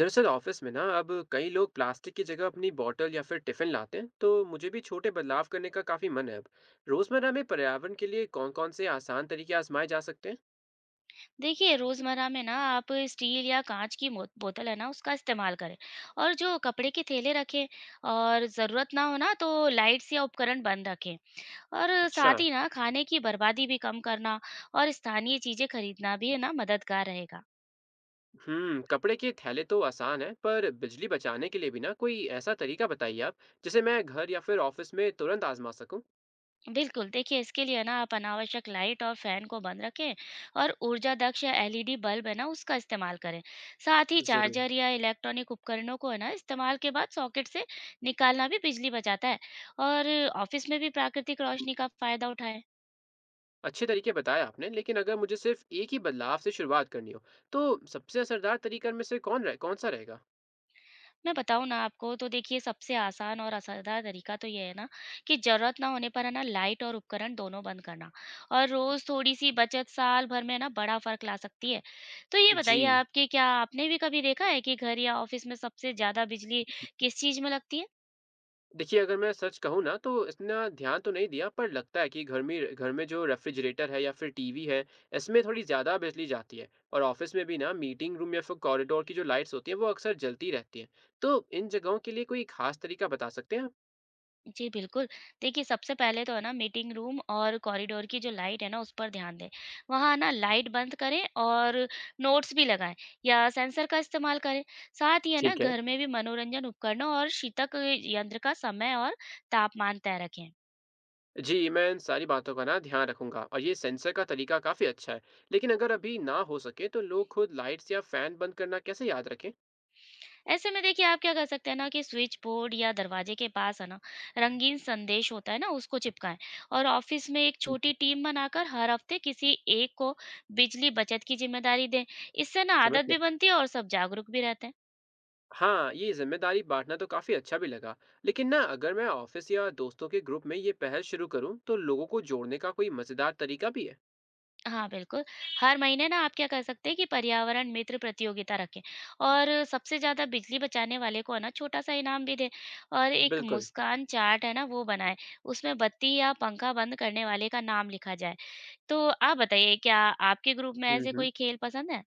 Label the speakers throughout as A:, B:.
A: दरअसल ऑफिस में ना अब कई लोग प्लास्टिक की जगह अपनी बॉटल या फिर टिफिन लाते हैं, तो मुझे भी छोटे बदलाव करने का काफी मन है। अब रोजमर्रा में पर्यावरण के लिए कौन कौन से आसान तरीके आजमाए जा सकते हैं?
B: देखिए, रोज़मर्रा में ना आप स्टील या काँच की मोत बोतल है ना उसका इस्तेमाल करें। और जो कपड़े के थैले रखें। और ज़रूरत ना हो ना तो लाइट्स या उपकरण बंद रखें। और
A: अच्छा।
B: साथ ही ना खाने की बर्बादी भी कम करना और स्थानीय चीज़ें खरीदना भी है ना मददगार रहेगा।
A: कपड़े के थैले तो आसान है, पर बिजली बचाने के लिए भी ना कोई ऐसा तरीका बताइए आप, जिसे मैं घर या फिर ऑफिस में तुरंत आजमा सकूं।
B: बिल्कुल, देखिए इसके लिए ना आप अनावश्यक लाइट और फैन को बंद रखें। और ऊर्जा दक्ष या एलईडी बल्ब है ना उसका इस्तेमाल करें। साथ ही
A: जरूर।
B: चार्जर या इलेक्ट्रॉनिक उपकरणों को है ना इस्तेमाल के बाद सॉकेट से निकालना भी बिजली बचाता है। और ऑफिस में भी प्राकृतिक रोशनी का फायदा उठाएं।
A: अच्छे तरीके बताए आपने, लेकिन अगर मुझे सिर्फ एक ही बदलाव से शुरुआत करनी हो, तो सबसे असरदार तरीका में से कौन सा रहेगा?
B: मैं बताऊँ ना आपको तो देखिए सबसे आसान और असरदार तरीका तो ये है ना कि ज़रूरत ना होने पर है ना लाइट और उपकरण दोनों बंद करना। और रोज़ थोड़ी-सी बचत साल भर में है ना बड़ा फ़र्क ला सकती है। तो ये
A: जी।
B: बताइए आप कि क्या आपने भी कभी देखा है कि घर या ऑफ़िस में सबसे ज़्यादा बिजली किस चीज़ में लगती है?
A: देखिए, अगर मैं सच कहूँ ना, तो इतना ध्यान तो नहीं दिया, पर लगता है कि घर में जो रेफ्रिजरेटर है या फिर टीवी है, इसमें थोड़ी ज़्यादा बिजली जाती है। और ऑफ़िस में भी ना मीटिंग रूम या फिर कॉरिडोर की जो लाइट्स होती हैं, वो अक्सर जलती रहती हैं। तो इन जगहों के लिए कोई ख़ास तरीका बता सकते हैं आप?
B: जी, बिल्कुल। देखिए, सबसे पहले तो है ना मीटिंग रूम और कॉरिडोर की जो लाइट है ना, उस पर ध्यान दें। वहाँ ना लाइट बंद करें और नोट्स भी लगाएँ या सेंसर का इस्तेमाल करें। साथ ही है ना
A: ठीक है।
B: घर में भी मनोरंजन उपकरणों और शीतक यंत्र का समय और तापमान तय रखें।
A: जी, मैं इन सारी बातों का ना ध्यान रखूँगा, और ये सेंसर का तरीका काफ़ी अच्छा है। लेकिन अगर अभी ना हो सके, तो लोग खुद लाइट्स या फ़ैन बंद करना कैसे याद रखें?
B: ऐसे में देखिए आप क्या कर सकते हैं ना कि स्विच बोर्ड या दरवाजे के पास है ना रंगीन संदेश होता है ना उसको चिपकाएं। और ऑफिस में एक
A: हुँ,
B: छोटी टीम बनाकर हर हफ्ते किसी एक को बिजली बचत की जिम्मेदारी दें। इससे ना आदत
A: समझ।
B: भी बनती है और सब जागरूक भी रहते हैं।
A: हाँ, ये जिम्मेदारी बाँटना तो काफ़ी अच्छा भी लगा। लेकिन ना अगर मैं ऑफ़िस या दोस्तों के ग्रुप में ये पहल शुरू करूँ, तो लोगों को जोड़ने का कोई मज़ेदार तरीका भी है?
B: हाँ, बिल्कुल। हर महीने ना आप क्या कर सकते हैं कि पर्यावरण मित्र प्रतियोगिता रखें। और सबसे ज्यादा बिजली बचाने वाले को है ना छोटा सा इनाम भी दें। और एक
A: बिल्कुल।
B: मुस्कान चार्ट है ना वो बनाएं। उसमें बत्ती या पंखा बंद करने वाले का नाम लिखा जाए। तो आप बताइए क्या आपके ग्रुप में
A: हुँ,
B: ऐसे
A: हुँ।
B: कोई खेल पसंद है?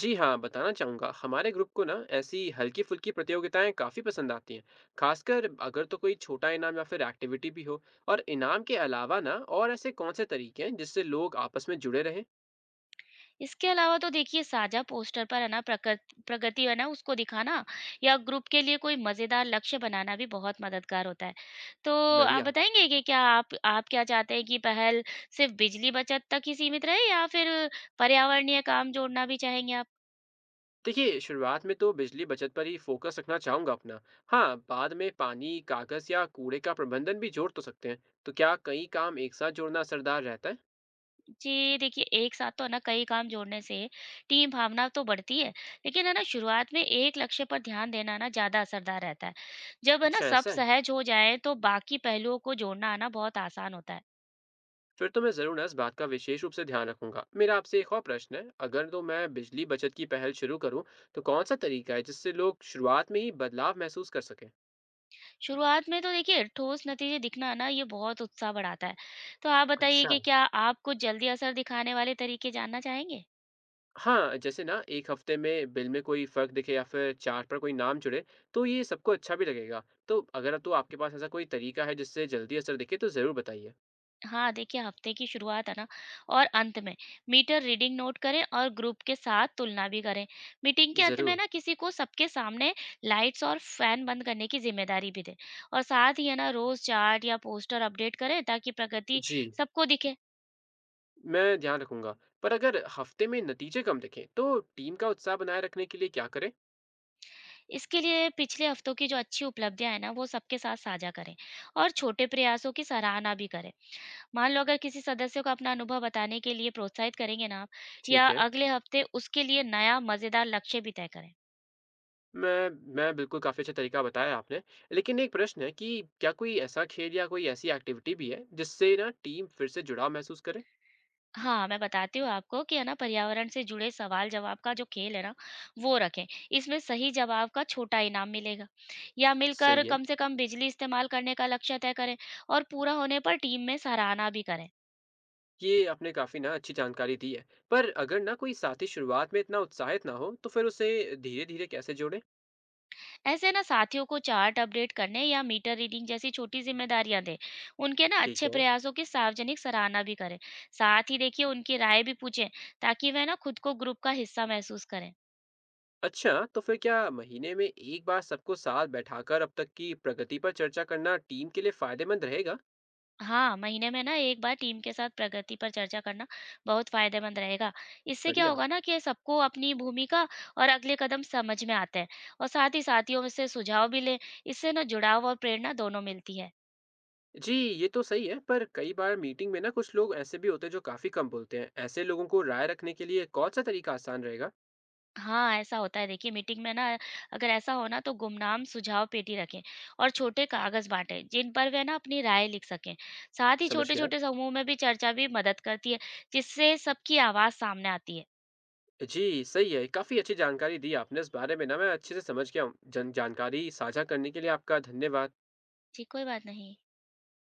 A: जी हाँ, बताना चाहूँगा। हमारे ग्रुप को ना ऐसी हल्की-फुल्की प्रतियोगिताएँ काफ़ी पसंद आती हैं। ख़ासकर अगर तो कोई छोटा इनाम या फिर एक्टिविटी भी हो। और इनाम के अलावा ना और ऐसे कौन से तरीके हैं जिससे लोग आपस में जुड़े रहें?
B: इसके अलावा तो देखिए साझा पोस्टर पर है ना प्रकृ प्रगति है ना उसको दिखाना या ग्रुप के लिए कोई मज़ेदार लक्ष्य बनाना भी बहुत मददगार होता है। तो आप
A: बढ़िया।
B: बताएँगे कि क्या आप क्या चाहते हैं कि पहल सिर्फ़ बिजली बचत तक ही सीमित रहे या फिर पर्यावरणीय काम जोड़ना भी चाहेंगे आप?
A: देखिए, शुरुआत में तो बिजली बचत पर ही फोकस रखना चाहूंगा अपना। हाँ, बाद में पानी, कागज या कूड़े का प्रबंधन भी जोड़ तो सकते हैं। तो क्या कई काम एक साथ जोड़ना असरदार रहता है?
B: जी, देखिए एक साथ तो है ना कई काम जोड़ने से टीम भावना तो बढ़ती है, लेकिन है ना शुरुआत में एक लक्ष्य पर ध्यान देना ना ज़्यादा असरदार रहता है। जब है ना
A: अच्छा,
B: सब
A: ऐसा है।
B: सहज हो जाए तो बाकी पहलुओं को जोड़ना है ना बहुत आसान होता है।
A: फिर तो मैं जरूर ना इस बात का विशेष रूप से ध्यान रखूंगा। मेरा आपसे एक और प्रश्न है। अगर तो मैं बिजली बचत की पहल शुरू करूँ, तो कौन सा तरीका है जिससे लोग शुरुआत में ही बदलाव महसूस कर सकें?
B: शुरुआत में तो देखिए ठोस नतीजे दिखना है ना ये बहुत उत्साह बढ़ाता है। तो आप बताइए
A: अच्छा।
B: कि क्या आप कुछ जल्दी असर दिखाने वाले तरीके जानना चाहेंगे?
A: हाँ, जैसे ना 1 हफ्ते में बिल में कोई फ़र्क दिखे या फिर चार्ट पर कोई नाम जुड़े, तो ये सबको अच्छा भी लगेगा। तो अगर तो आपके पास ऐसा कोई तरीका है जिससे जल्दी असर दिखे, तो ज़रूर बताइए।
B: हाँ, देखिए हफ्ते की शुरुआत है ना और अंत में मीटर रीडिंग नोट करें और ग्रुप के साथ तुलना भी करें। मीटिंग के अंत में
A: ज़रूर।
B: ना किसी को सबके सामने लाइट्स और फैन बंद करने की जिम्मेदारी भी दें। और साथ ही है ना रोज चार्ट या पोस्टर अपडेट करें ताकि प्रगति
A: जी।
B: सबको दिखे।
A: मैं ध्यान रखूँगा। पर अगर हफ्ते में नतीजे कम दिखें, तो टीम का उत्साह बनाए रखने के लिए क्या करें?
B: इसके लिए पिछले हफ्तों की जो अच्छी उपलब्धियां हैं ना वो सबके साथ साझा करें और छोटे प्रयासों की सराहना भी करें। मान लो अगर किसी सदस्य को अपना अनुभव बताने के लिए प्रोत्साहित करेंगे ना आप
A: ठीक
B: या
A: है।
B: अगले हफ्ते उसके लिए नया मजेदार लक्ष्य भी तय करें।
A: मैं मैं बिल्कुल, काफ़ी अच्छा तरीका बताया आपने। लेकिन एक प्रश्न है कि क्या कोई ऐसा खेल या कोई ऐसी एक्टिविटी भी है, जिससे ना टीम फिर से जुड़ाव महसूस करे?
B: हाँ, मैं बताती हूँ आपको कि है ना पर्यावरण से जुड़े सवाल-जवाब का जो खेल है ना, वो रखें। इसमें सही जवाब का छोटा इनाम मिलेगा या मिलकर
A: सही है।
B: कम से कम बिजली इस्तेमाल करने का लक्ष्य तय करें और पूरा होने पर टीम में सराहना भी करें।
A: ये आपने काफी ना अच्छी जानकारी दी है, पर अगर ना कोई साथी शुरुआत में इतना उत्साहित ना हो, तो फिर उसे धीरे धीरे कैसे जोड़े?
B: ऐसे ना साथियों को चार्ट अपडेट करने या मीटर रीडिंग जैसी छोटी जिम्मेदारियां दें। उनके ना
A: ठीक
B: अच्छे
A: है।
B: प्रयासों की सार्वजनिक सराहना भी करें। साथ ही देखिए उनकी राय भी पूछें ताकि वह ना खुद को ग्रुप का हिस्सा महसूस करें।
A: अच्छा, तो फिर क्या महीने में एक बार सबको साथ बैठाकर अब तक की प्रगति पर चर्चा करना टीम के लिए फायदेमंद रहेगा?
B: हाँ, महीने में ना 1 बार टीम के साथ प्रगति पर चर्चा करना बहुत फ़ायदेमंद रहेगा। इससे क्या
A: बढ़िया।
B: होगा ना कि सबको अपनी भूमिका और अगले कदम समझ में आते हैं। और साथ ही साथियों से सुझाव भी लें, इससे ना जुड़ाव और प्रेरणा दोनों मिलती है।
A: जी, ये तो सही है, पर कई बार मीटिंग में ना कुछ लोग ऐसे भी होते हैं जो काफी कम बोलते हैं। ऐसे लोगों को राय रखने के लिए कौन सा तरीका आसान रहेगा?
B: हाँ, ऐसा होता है देखिए मीटिंग में ना अगर ऐसा हो ना तो गुमनाम सुझाव पेटी रखें और छोटे कागज़ बाँटें, जिन पर वे ना अपनी राय लिख सकें। साथ ही
A: समझ गया।
B: छोटे-छोटे समूह में भी चर्चा भी मदद करती है, जिससे सबकी आवाज़ सामने आती है।
A: जी, सही है, काफी अच्छी जानकारी दी आपने इस बारे में ना। मैं अच्छे से समझ गया हूँ। जन जानकारी साझा करने के लिए आपका धन्यवाद।
B: जी, कोई बात नहीं।